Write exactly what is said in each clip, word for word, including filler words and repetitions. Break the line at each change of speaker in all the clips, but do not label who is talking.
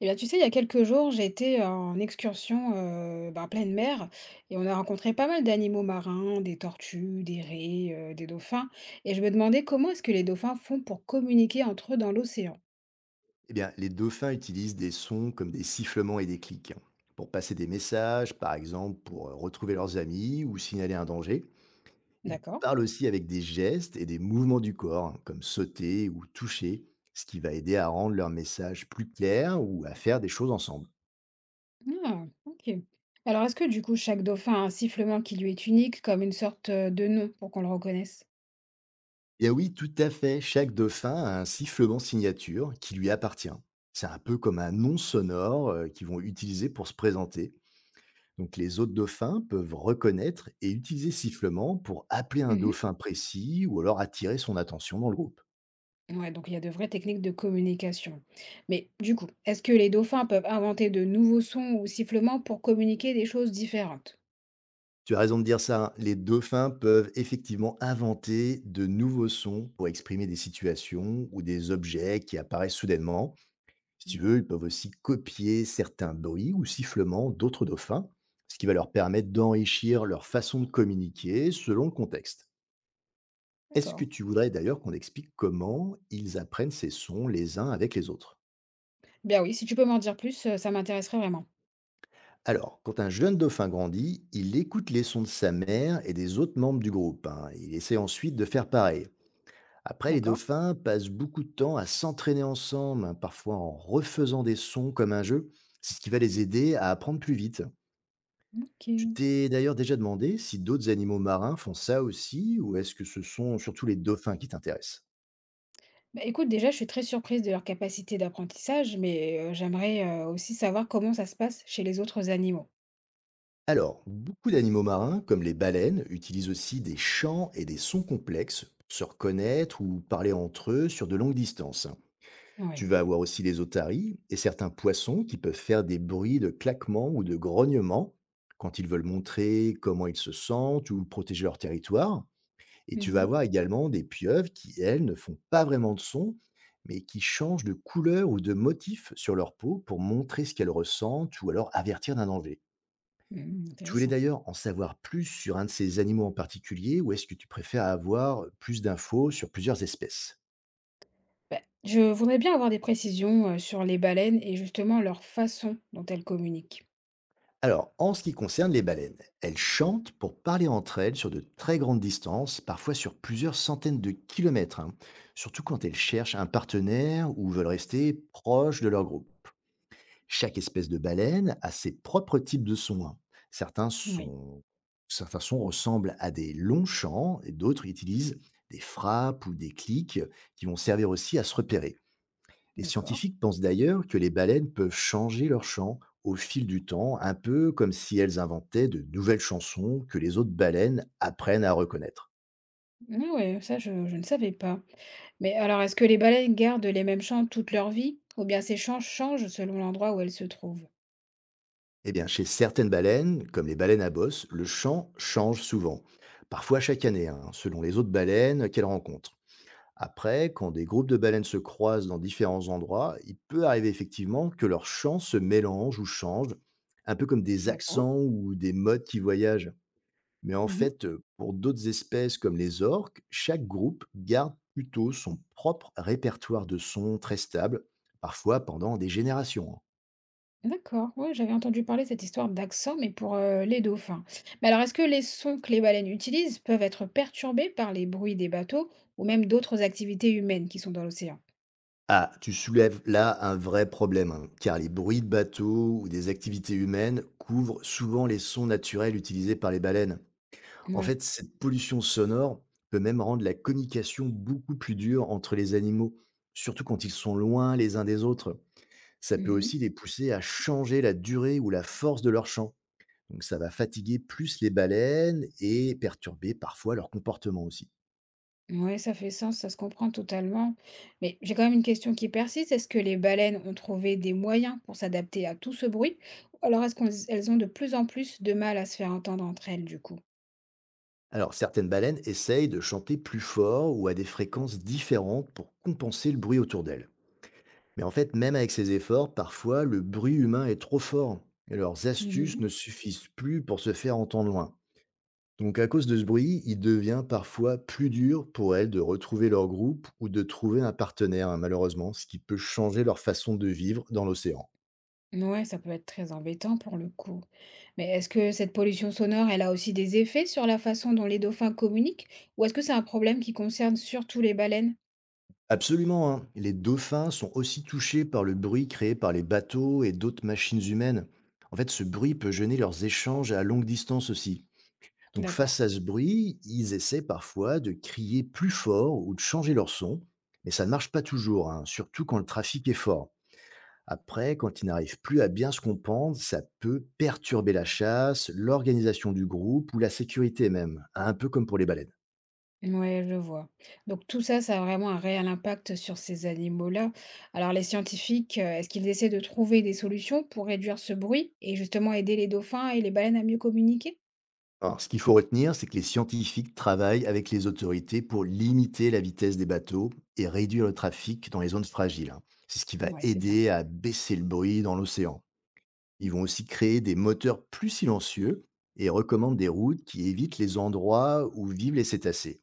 Eh bien, tu sais, il y a quelques jours, j'étais en excursion euh, ben, en pleine mer et on a rencontré pas mal d'animaux marins, des tortues, des raies, euh, des dauphins. Et je me demandais comment est-ce que les dauphins font pour communiquer entre eux dans l'océan.
Eh bien, les dauphins utilisent des sons comme des sifflements et des clics, hein, pour passer des messages, par exemple pour euh, retrouver leurs amis ou signaler un danger. Ils
D'accord?
parlent aussi avec des gestes et des mouvements du corps, hein, comme sauter ou toucher, ce qui va aider à rendre leur message plus clair ou à faire des choses ensemble.
Ah, ok. Alors, est-ce que du coup, chaque dauphin a un sifflement qui lui est unique, comme une sorte euh, de nom pour qu'on le reconnaisse?
Eh bien oui, tout à fait, chaque dauphin a un sifflement signature qui lui appartient. C'est un peu comme un nom sonore, euh, qu'ils vont utiliser pour se présenter. Donc les autres dauphins peuvent reconnaître et utiliser ce sifflement pour appeler un
Mhm.
dauphin précis ou alors attirer son attention dans le groupe.
Ouais, donc il y a de vraies techniques de communication. Mais du coup, est-ce que les dauphins peuvent inventer de nouveaux sons ou sifflements pour communiquer des choses différentes?
Tu as raison de dire ça, hein. Les dauphins peuvent effectivement inventer de nouveaux sons pour exprimer des situations ou des objets qui apparaissent soudainement. Si tu
Mhm.
veux, ils peuvent aussi copier certains bruits ou sifflements d'autres dauphins, ce qui va leur permettre d'enrichir leur façon de communiquer selon le contexte. Est-ce que
D'accord.
tu voudrais d'ailleurs qu'on explique comment ils apprennent ces sons les uns avec les autres?
Bien oui, si tu peux m'en dire plus, heu, ça m'intéresserait vraiment.
Alors, quand un jeune dauphin grandit, il écoute les sons de sa mère et des autres membres du groupe, hein. Il essaie ensuite de faire pareil. Après, les
D'accord.
dauphins passent beaucoup de temps à s'entraîner ensemble, hein, parfois en refaisant des sons comme un jeu. C'est ce qui va les aider à apprendre plus vite. Tu
OK.
t'es d'ailleurs déjà demandé si d'autres animaux marins font ça aussi, ou est-ce que ce sont surtout les dauphins qui t'intéressent?
Bah, écoute, déjà, je suis très surprise de leur capacité d'apprentissage, mais heu, j'aimerais, heu, aussi savoir comment ça se passe chez les autres animaux.
Alors, beaucoup d'animaux marins, comme les baleines, utilisent aussi des chants et des sons complexes pour se reconnaître ou parler entre eux sur de longues distances. Tu
Ouais.
vas avoir aussi les otaries et certains poissons qui peuvent faire des bruits de claquements ou de grognements quand ils veulent montrer comment ils se sentent ou protéger leur territoire. Et
Mmh
tu vas
mh.
avoir également des pieuvres qui, elles, ne font pas vraiment de son, mais qui changent de couleur ou de motif sur leur peau pour montrer ce qu'elles ressentent ou alors avertir d'un danger.
Mmh,
Tu voulais
intéressant.
d'ailleurs en savoir plus sur un de ces animaux en particulier, ou est-ce que tu préfères avoir plus d'infos sur plusieurs espèces?
Bah, je voudrais bien avoir des précisions, heu, sur les baleines et justement leur façon dont elles communiquent.
Alors, en ce qui concerne les baleines, elles chantent pour parler entre elles sur de très grandes distances, parfois sur plusieurs centaines de kilomètres, hein, surtout quand elles cherchent un partenaire ou veulent rester proches de leur groupe. Chaque espèce de baleine a ses propres types de sons, hein. Certains,
Oui,
sont- Certains sons ressemblent à des longs chants et d'autres utilisent des frappes ou des clics qui vont servir aussi à se repérer. Les
d'accord.
scientifiques pensent d'ailleurs que les baleines peuvent changer leur chant au fil du temps, un peu comme si elles inventaient de nouvelles chansons que les autres baleines apprennent à reconnaître.
Ah ouais, ça je je ne savais pas. Mais alors est-ce que les baleines gardent les mêmes chants toute leur vie ou bien ces chants changent selon l'endroit où elles se trouvent?
Eh bien, chez certaines baleines, comme les baleines à bosse, le chant change souvent, parfois chaque année, hein, selon les autres baleines qu'elles rencontrent. Après, quand des groupes de baleines se croisent dans différents endroits, il peut arriver effectivement que leurs chants se mélangent ou changent, un peu comme des
D'accord.
accents ou des modes qui voyagent. Mais en
Mmh.
fait, euh, pour d'autres espèces comme les orques, chaque groupe garde plutôt son propre répertoire de sons très stable, parfois pendant des générations, hein.
D'accord, ouais, j'avais entendu parler de cette histoire d'accent, mais pour euh, les dauphins. Mais alors, est-ce que les sons que les baleines utilisent peuvent être perturbés par les bruits des bateaux ou même d'autres activités humaines qui sont dans l'océan?
Ah, tu soulèves là un vrai problème, hein, car les bruits de bateaux ou des activités humaines couvrent souvent les sons naturels utilisés par les baleines. En
Ouais.
fait, cette pollution sonore peut même rendre la communication beaucoup plus dure entre les animaux, surtout quand ils sont loin les uns des autres. Ça peut
Mhm.
aussi les pousser à changer la durée ou la force de leur chant. Donc ça va fatiguer plus les baleines et perturber parfois leur comportement aussi.
Ouais, ça fait sens, ça se comprend totalement. Mais j'ai quand même une question qui persiste. Est-ce que les baleines ont trouvé des moyens pour s'adapter à tout ce bruit? Ou alors est-ce qu'elles ont de plus en plus de mal à se faire entendre entre elles, du coup?
Alors certaines baleines essayent de chanter plus fort ou à des fréquences différentes pour compenser le bruit autour d'elles. Mais en fait, même avec ces efforts, parfois le bruit humain est trop fort et leurs astuces ne suffisent plus pour se faire entendre loin. Donc à cause de ce bruit, il devient parfois plus dur pour elles de retrouver leur groupe ou de trouver un partenaire, hein, malheureusement, ce qui peut changer leur façon de vivre dans l'océan.
Ouais, ça peut être très embêtant pour le coup. Mais est-ce que cette pollution sonore, elle a aussi des effets sur la façon dont les dauphins communiquent, ou est-ce que c'est un problème qui concerne surtout les baleines?
Absolument, hein. Les dauphins sont aussi touchés par le bruit créé par les bateaux et d'autres machines humaines. En fait, ce bruit peut gêner leurs échanges à longue distance aussi. Donc
D'accord.
face à ce bruit, ils essaient parfois de crier plus fort ou de changer leur son, mais ça ne marche pas toujours, hein, surtout quand le trafic est fort. Après, quand ils n'arrivent plus à bien se comprendre, ça peut perturber la chasse, l'organisation du groupe ou la sécurité même, hein, un peu comme pour les baleines.
Ouais, je vois. Donc tout ça, ça a vraiment un réel impact sur ces animaux-là. Alors les scientifiques, euh, est-ce qu'ils essaient de trouver des solutions pour réduire ce bruit et justement aider les dauphins et les baleines à mieux communiquer?
Alors, ce qu'il faut retenir, c'est que les scientifiques travaillent avec les autorités pour limiter la vitesse des bateaux et réduire le trafic dans les zones fragiles, hein. C'est ce qui va
Ouais, c'est bien.
aider à baisser le bruit dans l'océan. Ils vont aussi créer des moteurs plus silencieux et recommandent des routes qui évitent les endroits où vivent les cétacés.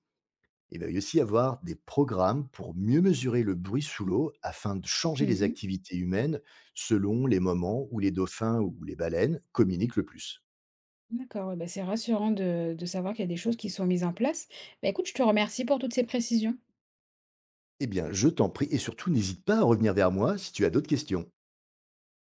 Il va y aussi avoir des programmes pour mieux mesurer le bruit sous l'eau afin de changer les
Mhm.
activités humaines selon les moments où les dauphins ou les baleines communiquent le plus.
D'accord, ouais, bah c'est rassurant de, de savoir qu'il y a des choses qui sont mises en place. Bah écoute, je te remercie pour toutes ces précisions.
Eh bien, je t'en prie et surtout n'hésite pas à revenir vers moi si tu as d'autres questions.